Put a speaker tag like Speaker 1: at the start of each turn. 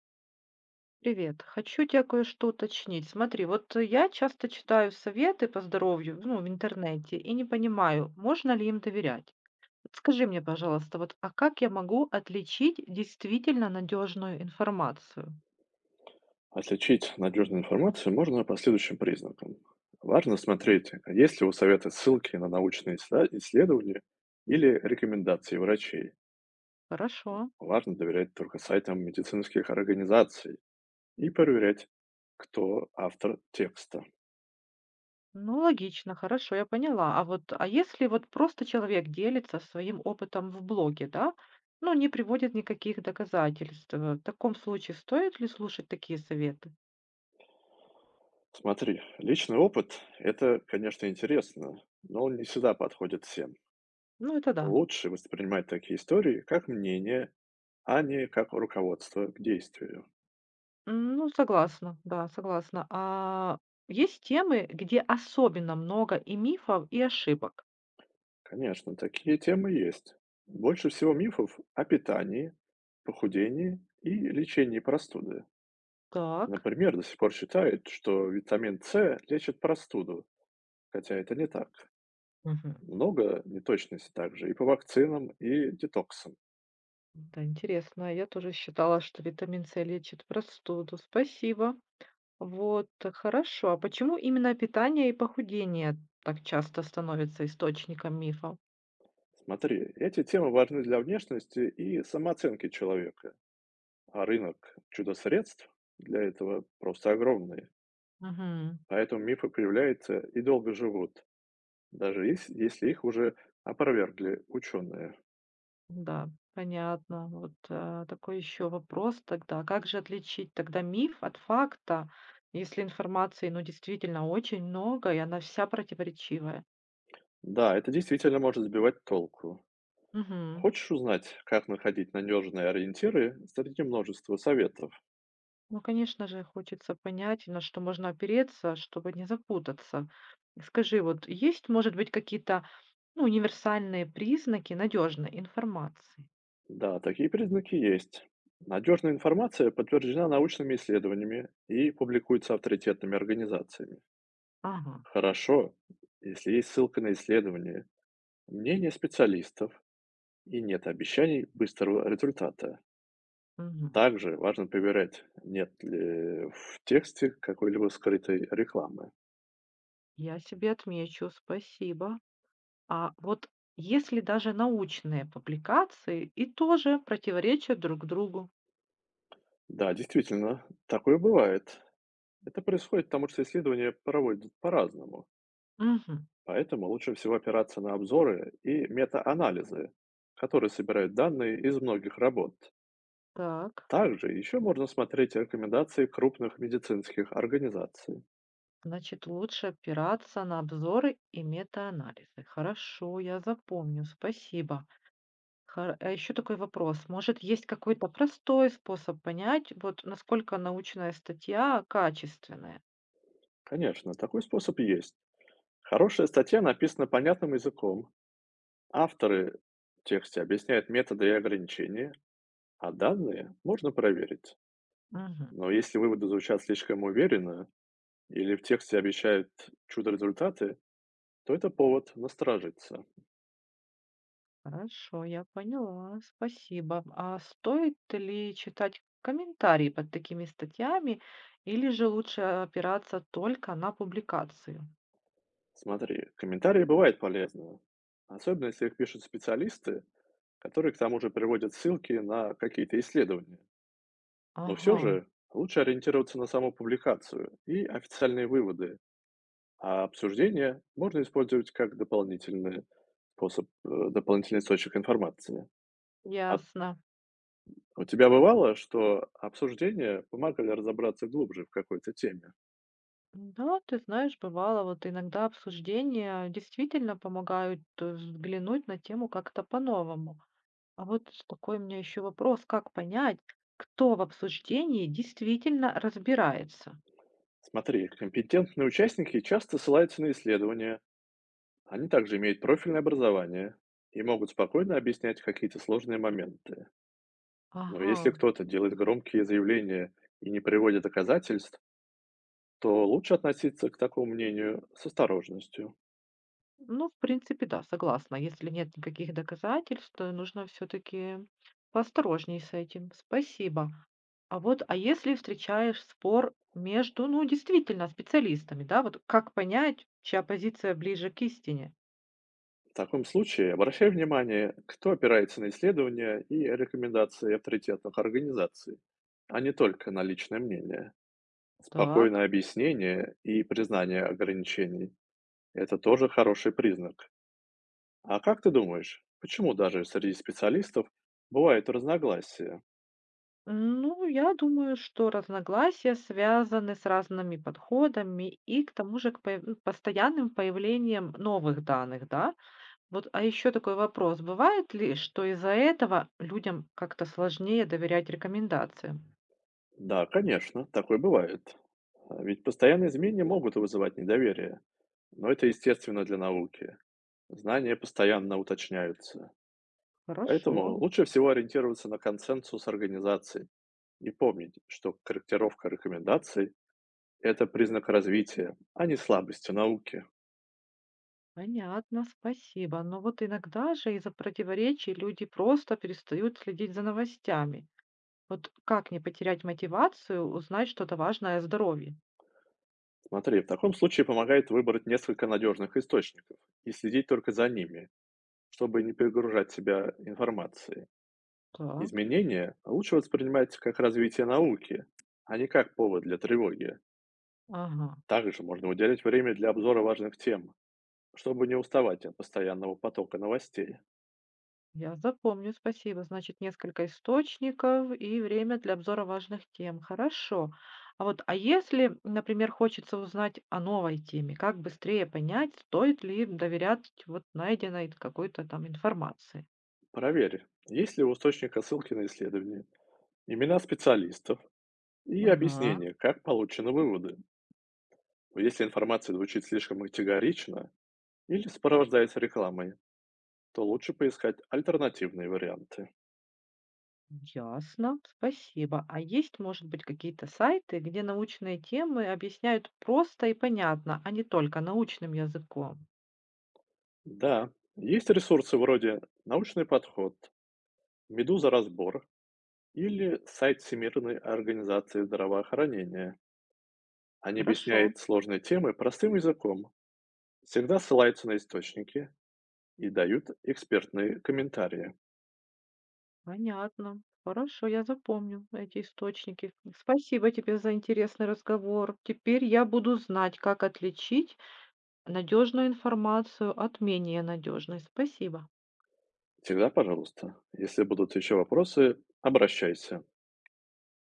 Speaker 1: Привет. Хочу тебя кое-что уточнить. Смотри, я часто читаю советы по здоровью, ну, в интернете и не понимаю, можно ли им доверять. Скажи мне, пожалуйста, вот, а как я могу отличить действительно надежную информацию?
Speaker 2: Отличить надежную информацию можно по следующим признакам. Важно смотреть, есть ли у совета ссылки на научные исследования или рекомендации врачей.
Speaker 1: Хорошо.
Speaker 2: Важно доверять только сайтам медицинских организаций и проверять, кто автор текста.
Speaker 1: Ну, логично, хорошо, я поняла. А вот, а если вот просто человек делится своим опытом в блоге, да, но не приводит никаких доказательств, в таком случае стоит ли слушать такие советы?
Speaker 2: Смотри, личный опыт — это, конечно, интересно, но он не всегда подходит всем.
Speaker 1: Ну, это да.
Speaker 2: Лучше воспринимать такие истории как мнение, а не как руководство к действию.
Speaker 1: М, ну, согласна, да, согласна. А есть темы, где особенно много и мифов, и ошибок.
Speaker 2: Конечно, такие темы есть. Больше всего мифов о питании, похудении и лечении простуды.
Speaker 1: Так.
Speaker 2: Например, до сих пор считают, что витамин С лечит простуду, хотя это не так.
Speaker 1: Мгм.
Speaker 2: Много неточностей также и по вакцинам, и детоксам.
Speaker 1: Да, интересно. Я тоже считала, что витамин С лечит простуду. Спасибо. Хорошо. А почему именно питание и похудение так часто становятся источником мифов?
Speaker 2: Смотри, эти темы важны для внешности и самооценки человека, а рынок чудо-средств для этого просто огромный. Поэтому мифы появляются и долго живут, даже ес если их уже опровергли ученые.
Speaker 1: Да, понятно. Такой еще вопрос тогда. Как же отличить тогда миф от факта, если информации, ну, действительно очень много, и она вся противоречивая?
Speaker 2: Да, это действительно может сбивать толку.
Speaker 1: Мгм.
Speaker 2: Хочешь узнать, как находить надежные ориентиры среди множества советов?
Speaker 1: Ну, конечно же, хочется понять, на что можно опереться, чтобы не запутаться. Скажи, вот есть, может быть, какие-то, ну, универсальные признаки надежной информации?
Speaker 2: Да, такие признаки есть. Надежная информация подтверждена научными исследованиями и публикуется авторитетными организациями.
Speaker 1: Ага,
Speaker 2: Хорошо, если есть ссылка на исследования, мнение специалистов и нет обещаний быстрого результата.
Speaker 1: мгм.
Speaker 2: Также важно проверять, нет ли в тексте какой-либо скрытой рекламы.
Speaker 1: Я себе отмечу, спасибо. А вот если даже научные публикации и тоже противоречат друг другу.
Speaker 2: Да, действительно, такое бывает. Это происходит потому, что исследования проводят по-разному.
Speaker 1: Мгм.
Speaker 2: Поэтому лучше всего опираться на обзоры и мета-анализы, которые собирают данные из многих работ.
Speaker 1: Так,
Speaker 2: Также еще можно смотреть рекомендации крупных медицинских организаций.
Speaker 1: значит, лучше опираться на обзоры и метаанализы. Хорошо, я запомню, спасибо. А еще такой вопрос. Может, есть какой-то простой способ понять, вот насколько научная статья качественная?
Speaker 2: Конечно, такой способ есть. Хорошая статья написана понятным языком. Авторы в тексте объясняют методы и ограничения, а данные можно проверить.
Speaker 1: Мгм.
Speaker 2: Но если выводы звучат слишком уверенно или в тексте обещают чудо-результаты, то это повод насторожиться.
Speaker 1: Хорошо, я поняла, спасибо. А стоит ли читать комментарии под такими статьями или же лучше опираться только на публикацию?
Speaker 2: Смотри, комментарии бывают полезны, особенно если их пишут специалисты, которые к тому же приводят ссылки на какие-то исследования. Но
Speaker 1: Ага,
Speaker 2: все же лучше ориентироваться на саму публикацию и официальные выводы, а обсуждения можно использовать как дополнительный дополнительный источник информации. А
Speaker 1: ясно.
Speaker 2: у тебя бывало, что обсуждения помогали разобраться глубже в какой-то теме?
Speaker 1: Да, ты знаешь, бывало, вот иногда обсуждения действительно помогают взглянуть на тему как-то по-новому. Такой у меня еще вопрос, как понять, кто в обсуждении действительно разбирается?
Speaker 2: Смотри, компетентные участники часто ссылаются на исследования, они также имеют профильное образование и могут спокойно объяснять какие-то сложные моменты. Но если
Speaker 1: Ага.
Speaker 2: кто-то делает громкие заявления и не приводит доказательств, то лучше относиться к такому мнению с осторожностью.
Speaker 1: Ну, в принципе, да, согласна. Если нет никаких доказательств, то нужно все-таки поосторожней с этим. Спасибо. А вот, а если встречаешь спор между, ну, действительно, специалистами, да, вот как понять, чья позиция ближе к истине?
Speaker 2: В таком случае обращай внимание, кто опирается на исследования и рекомендации авторитетных организаций, а не только на личное мнение. Спокойное
Speaker 1: Так.
Speaker 2: объяснение и признание ограничений — это тоже хороший признак. А как ты думаешь, почему даже среди специалистов бывают разногласия?
Speaker 1: Ну, я думаю, что разногласия связаны с разными подходами и к тому же постоянным появлением новых данных, да, вот, а еще такой вопрос. Бывает ли, что из-за этого людям как-то сложнее доверять рекомендациям?
Speaker 2: Да, конечно, такое бывает. А Ведь постоянные изменения могут вызывать недоверие. Но это естественно для науки. Знания постоянно уточняются. Поэтому
Speaker 1: Хорошо,
Speaker 2: лучше всего ориентироваться на консенсус организаций и помнить, что корректировка рекомендаций — это признак развития, а не слабости науки.
Speaker 1: понятно, спасибо. Но вот иногда же из-за противоречий люди просто перестают следить за новостями. Вот как не потерять мотивацию узнать что-то важное о здоровье?
Speaker 2: Смотри, в таком случае помогает выбрать несколько надежных источников и следить только за ними, чтобы не перегружать себя информацией.
Speaker 1: Так,
Speaker 2: Изменения лучше воспринимать как развитие науки, а не как повод для тревоги.
Speaker 1: ага.
Speaker 2: Также можно уделять время для обзора важных тем, чтобы не уставать от постоянного потока новостей.
Speaker 1: Я запомню, спасибо. Значит, несколько источников и время для обзора важных тем. Хорошо. А вот, а если, например, хочется узнать о новой теме, как быстрее понять, стоит ли доверять вот найденной какой-то там информации?
Speaker 2: Проверь, есть ли у источника ссылки на исследования, имена специалистов и
Speaker 1: Ага,
Speaker 2: объяснение, как получены выводы. Если информация звучит слишком категорично или сопровождается рекламой, то лучше поискать альтернативные варианты.
Speaker 1: ясно, спасибо. А есть, может быть, какие-то сайты, где научные темы объясняют просто и понятно, а не только научным языком?
Speaker 2: Да, есть ресурсы вроде «Научный подход», «Медуза разбор» или сайт Всемирной организации здравоохранения. Они
Speaker 1: Хорошо.
Speaker 2: объясняют сложные темы простым языком, всегда ссылаются на источники и дают экспертные комментарии.
Speaker 1: Понятно. Хорошо, я запомню эти источники. Спасибо тебе за интересный разговор. Теперь я буду знать, как отличить надежную информацию от менее надежной. Спасибо.
Speaker 2: Всегда, пожалуйста, если будут еще вопросы, обращайся.